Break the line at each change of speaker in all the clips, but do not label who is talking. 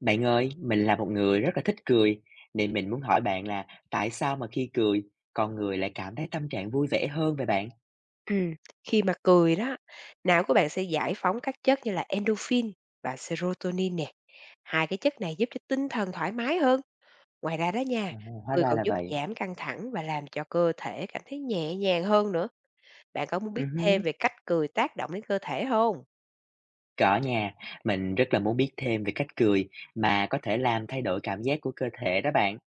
Bạn ơi, mình là một người rất là thích cười, nên mình muốn hỏi bạn là tại sao mà khi cười, con người lại cảm thấy tâm trạng vui vẻ hơn vậy bạn?
Ừm, khi mà cười đó, não của bạn sẽ giải phóng các chất như là endorphin và serotonin nè. Hai cái chất này giúp cho tinh thần thoải mái hơn. Ngoài ra đó nha,
Ồ, hóa
cười
ra
còn
là
giúp
vậy.
giảm căng thẳng và làm cho cơ thể cảm thấy nhẹ nhàng hơn nữa. Bạn có muốn
Ừ
biết
hứ,
thêm về cách cười tác động đến cơ thể không?
có nha, mình rất là muốn biết thêm về cách cười mà có thể làm thay đổi cảm giác của cơ thể đó bạn.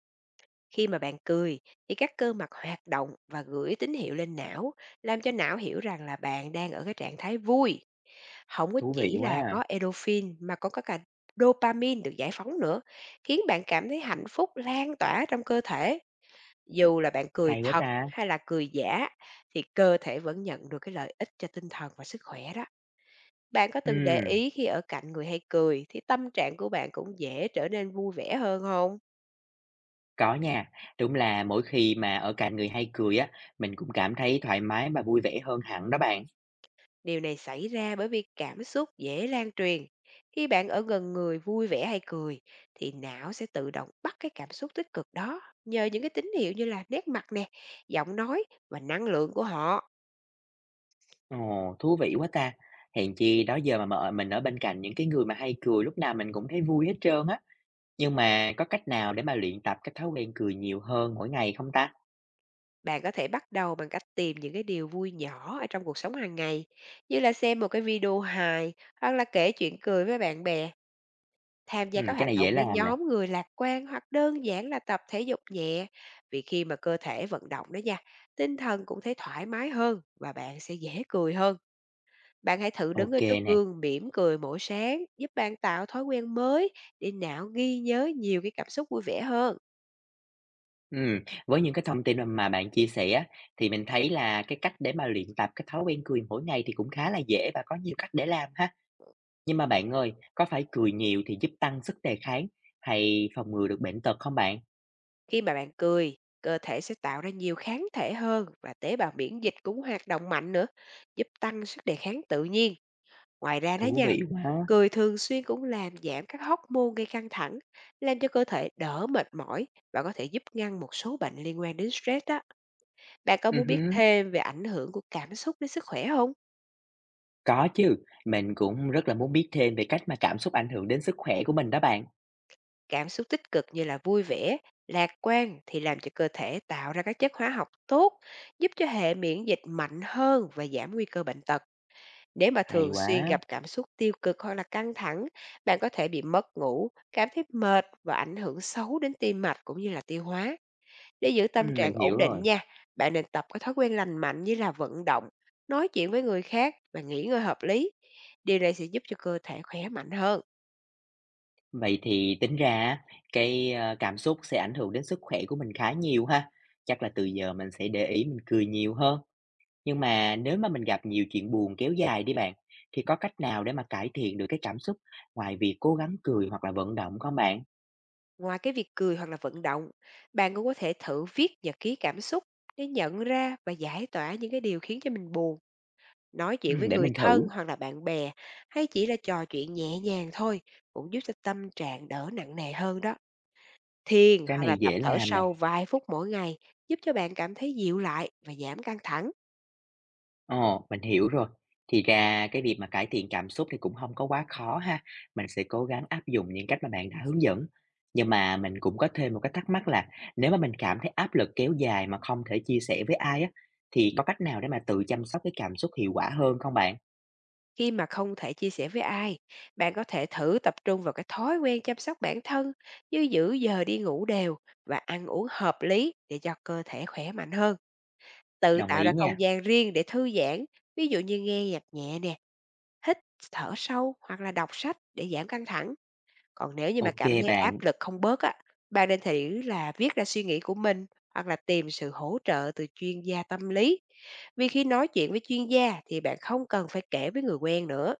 Khi mà bạn cười thì các cơ mặt hoạt động và gửi tín hiệu lên não, làm cho não hiểu rằng là bạn đang ở cái trạng thái vui. Không có
Thú vị
chỉ
quá
là
à,
có endorphin mà còn có cả dopamine được giải phóng nữa, khiến bạn cảm thấy hạnh phúc lan tỏa trong cơ thể. Dù là bạn cười
hay quá
thật
ta.
hay là cười giả thì cơ thể vẫn nhận được cái lợi ích cho tinh thần và sức khỏe đó. Bạn có từng để
Ừm,
ý khi ở cạnh người hay cười thì tâm trạng của bạn cũng dễ trở nên vui vẻ hơn không?
có nha, đúng là mỗi khi mà ở cạnh người hay cười á, mình cũng cảm thấy thoải mái và vui vẻ hơn hẳn đó bạn.
Điều này xảy ra bởi vì cảm xúc dễ lan truyền. Khi bạn ở gần người vui vẻ hay cười thì não sẽ tự động bắt cái cảm xúc tích cực đó nhờ những cái tín hiệu như là nét mặt nè, giọng nói và năng lượng của họ.
Ồ, thú vị quá ta! Hèn chi đó giờ mình ở bên cạnh những cái người mà hay cười lúc nào mình cũng thấy vui hết trơn á. Nhưng mà có cách nào để mà luyện tập cái thói quen cười nhiều hơn mỗi ngày không ta?
Bạn có thể bắt đầu bằng cách tìm những cái điều vui nhỏ ở trong cuộc sống hàng ngày, như là xem một cái video hài hoặc là kể chuyện cười với bạn bè. Tham gia các
Ừ, cái
hoạt
này dễ
động với
làm nè.
nhóm người lạc quan hoặc đơn giản là tập thể dục nhẹ, vì khi mà cơ thể vận động đó nha, tinh thần cũng thấy thoải mái hơn và bạn sẽ dễ cười hơn. Bạn hãy thử đứng ở
Ok
trước
nè.
gương mỉm cười mỗi sáng, giúp bạn tạo thói quen mới để não ghi nhớ nhiều cái cảm xúc vui vẻ hơn.
Ừm, với những cái thông tin mà bạn chia sẻ á, thì mình thấy là cái cách để mà luyện tập cái thói quen cười mỗi ngày thì cũng khá là dễ và có nhiều cách để làm ha. Nhưng mà bạn ơi, có phải cười nhiều thì giúp tăng sức đề kháng hay phòng ngừa được bệnh tật không bạn?
Khi mà bạn cười, cơ thể sẽ tạo ra nhiều kháng thể hơn và tế bào miễn dịch cũng hoạt động mạnh nữa, giúp tăng sức đề kháng tự nhiên. Ngoài ra đó
Thú
nha,
vị quá!
cười thường xuyên cũng làm giảm các hormone gây căng thẳng, làm cho cơ thể đỡ mệt mỏi và có thể giúp ngăn một số bệnh liên quan đến stress đó. Bạn có
Ừ,
muốn biết
hứm.
thêm về ảnh hưởng của cảm xúc đến sức khỏe không?
Có chứ, mình cũng rất là muốn biết thêm về cách mà cảm xúc ảnh hưởng đến sức khỏe của mình đó bạn.
Cảm xúc tích cực như là vui vẻ, lạc quan thì làm cho cơ thể tạo ra các chất hóa học tốt, giúp cho hệ miễn dịch mạnh hơn và giảm nguy cơ bệnh tật. Nếu mà
Hay
thường xuyên
quá.
gặp cảm xúc tiêu cực hoặc là căng thẳng, bạn có thể bị mất ngủ, cảm thấy mệt và ảnh hưởng xấu đến tim mạch cũng như là tiêu hóa. Để giữ tâm
Mình
trạng
hiểu
ổn
rồi.
định nha, bạn nên tập các thói quen lành mạnh như là vận động, nói chuyện với người khác và nghỉ ngơi hợp lý. Điều này sẽ giúp cho cơ thể khỏe mạnh hơn.
Vậy thì tính ra á, cảm xúc sẽ ảnh hưởng đến sức khỏe của mình khá nhiều ha. Chắc là từ giờ mình sẽ để ý mình cười nhiều hơn. Nhưng mà nếu mà mình gặp nhiều chuyện buồn kéo dài đi bạn, thì có cách nào để mà cải thiện được cái cảm xúc ngoài việc cố gắng cười hoặc là vận động không bạn?
Ngoài cái việc cười hoặc là vận động, bạn cũng có thể thử viết nhật ký cảm xúc để nhận ra và giải tỏa những cái điều khiến cho mình buồn. Nói chuyện với
Để
người
mình thử,
thân hoặc là bạn bè hay chỉ là trò chuyện nhẹ nhàng thôi cũng giúp cho tâm trạng đỡ nặng nề hơn đó. Thiền
cái
hoặc là
này
tập
dễ
thở
làm nè.
sâu vài phút mỗi ngày giúp cho bạn cảm thấy dịu lại và giảm căng thẳng.
Ồ, mình hiểu rồi. Thì ra cái việc mà cải thiện cảm xúc thì cũng không có quá khó ha, mình sẽ cố gắng áp dụng những cách mà bạn đã hướng dẫn. Nhưng mà mình cũng có thêm một cái thắc mắc là nếu mà mình cảm thấy áp lực kéo dài mà không thể chia sẻ với ai á, thì có cách nào để mà tự chăm sóc cái cảm xúc hiệu quả hơn không bạn?
Khi mà không thể chia sẻ với ai, bạn có thể thử tập trung vào cái thói quen chăm sóc bản thân như giữ giờ đi ngủ đều và ăn uống hợp lý để cho cơ thể khỏe mạnh hơn. Tự
Đồng
tạo
ý
ra
nha.
không gian riêng để thư giãn, ví dụ như nghe nhạc nhẹ nè, hít thở sâu hoặc là đọc sách để giảm căng thẳng. Còn nếu như mà
Ok
cảm thấy áp
bạn.
lực không bớt á, bạn nên thử là viết ra suy nghĩ của mình hoặc là tìm sự hỗ trợ từ chuyên gia tâm lý. Vì khi nói chuyện với chuyên gia thì bạn không cần phải kể với người quen nữa.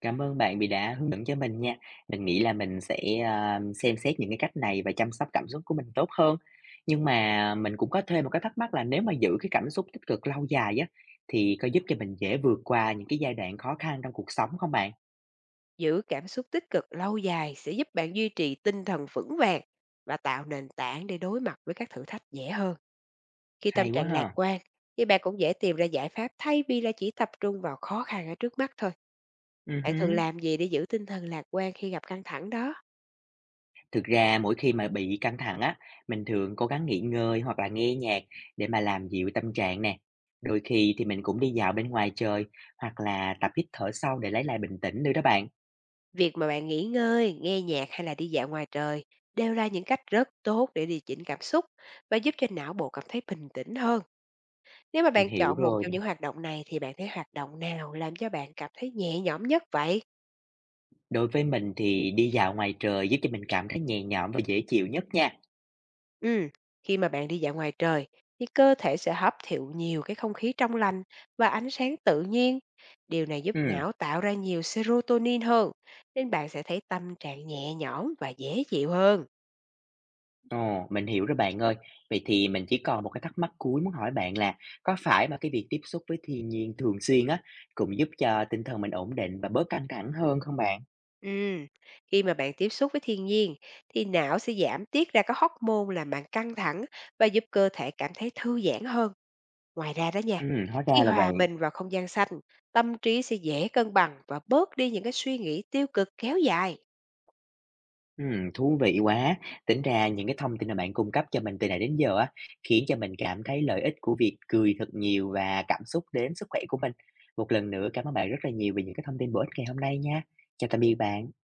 Cảm ơn bạn vì đã hướng dẫn cho mình nha. Mình nghĩ là mình sẽ xem xét những cái cách này và chăm sóc cảm xúc của mình tốt hơn. Nhưng mà mình cũng có thêm một cái thắc mắc là nếu mà giữ cái cảm xúc tích cực lâu dài á, thì có giúp cho mình dễ vượt qua những cái giai đoạn khó khăn trong cuộc sống không bạn?
Giữ cảm xúc tích cực lâu dài sẽ giúp bạn duy trì tinh thần vững vàng và tạo nền tảng để đối mặt với các thử thách dễ hơn. Khi tâm
Hay quá
trạng lạc
ha.
quan, thì bạn cũng dễ tìm ra giải pháp thay vì là chỉ tập trung vào khó khăn ở trước mắt thôi. Bạn thường
Hứm.
làm gì để giữ tinh thần lạc quan khi gặp căng thẳng đó?
Thực ra mỗi khi mà bị căng thẳng á, mình thường cố gắng nghỉ ngơi hoặc là nghe nhạc để mà làm dịu tâm trạng nè. Đôi khi thì mình cũng đi dạo bên ngoài trời hoặc là tập hít thở sâu để lấy lại bình tĩnh nữa đó bạn.
Việc mà bạn nghỉ ngơi, nghe nhạc hay là đi dạo ngoài trời đều là những cách rất tốt để điều chỉnh cảm xúc và giúp cho não bộ cảm thấy bình tĩnh hơn. Nếu mà
Mình
bạn
hiểu
chọn một
rồi.
trong những hoạt động này thì bạn thấy hoạt động nào làm cho bạn cảm thấy nhẹ nhõm nhất vậy?
Đối với mình thì đi dạo ngoài trời giúp cho mình cảm thấy nhẹ nhõm và dễ chịu nhất nha.
Ừ, khi mà bạn đi dạo ngoài trời thì cơ thể sẽ hấp thụ nhiều cái không khí trong lành và ánh sáng tự nhiên. Điều này giúp
Ừ,
não tạo ra nhiều serotonin hơn, nên bạn sẽ thấy tâm trạng nhẹ nhõm và dễ chịu hơn.
ồ, mình hiểu rồi bạn ơi. Vậy thì mình chỉ còn một cái thắc mắc cuối muốn hỏi bạn là có phải mà cái việc tiếp xúc với thiên nhiên thường xuyên á cũng giúp cho tinh thần mình ổn định và bớt căng thẳng hơn không bạn?
Ừ, khi mà bạn tiếp xúc với thiên nhiên thì não sẽ giảm tiết ra các hormone làm bạn căng thẳng và giúp cơ thể cảm thấy thư giãn hơn. Ngoài ra đó nha,
Hóa
khi
ra là
hòa
vậy.
mình vào không gian xanh, tâm trí sẽ dễ cân bằng và bớt đi những cái suy nghĩ tiêu cực kéo dài.
Thú vị quá. Tính ra những cái thông tin mà bạn cung cấp cho mình từ nãy đến giờ á, khiến cho mình cảm thấy lợi ích của việc cười thật nhiều và cảm xúc đến sức khỏe của mình. Một lần nữa cảm ơn bạn rất là nhiều vì những cái thông tin bổ ích ngày hôm nay nha. Chào tạm biệt bạn.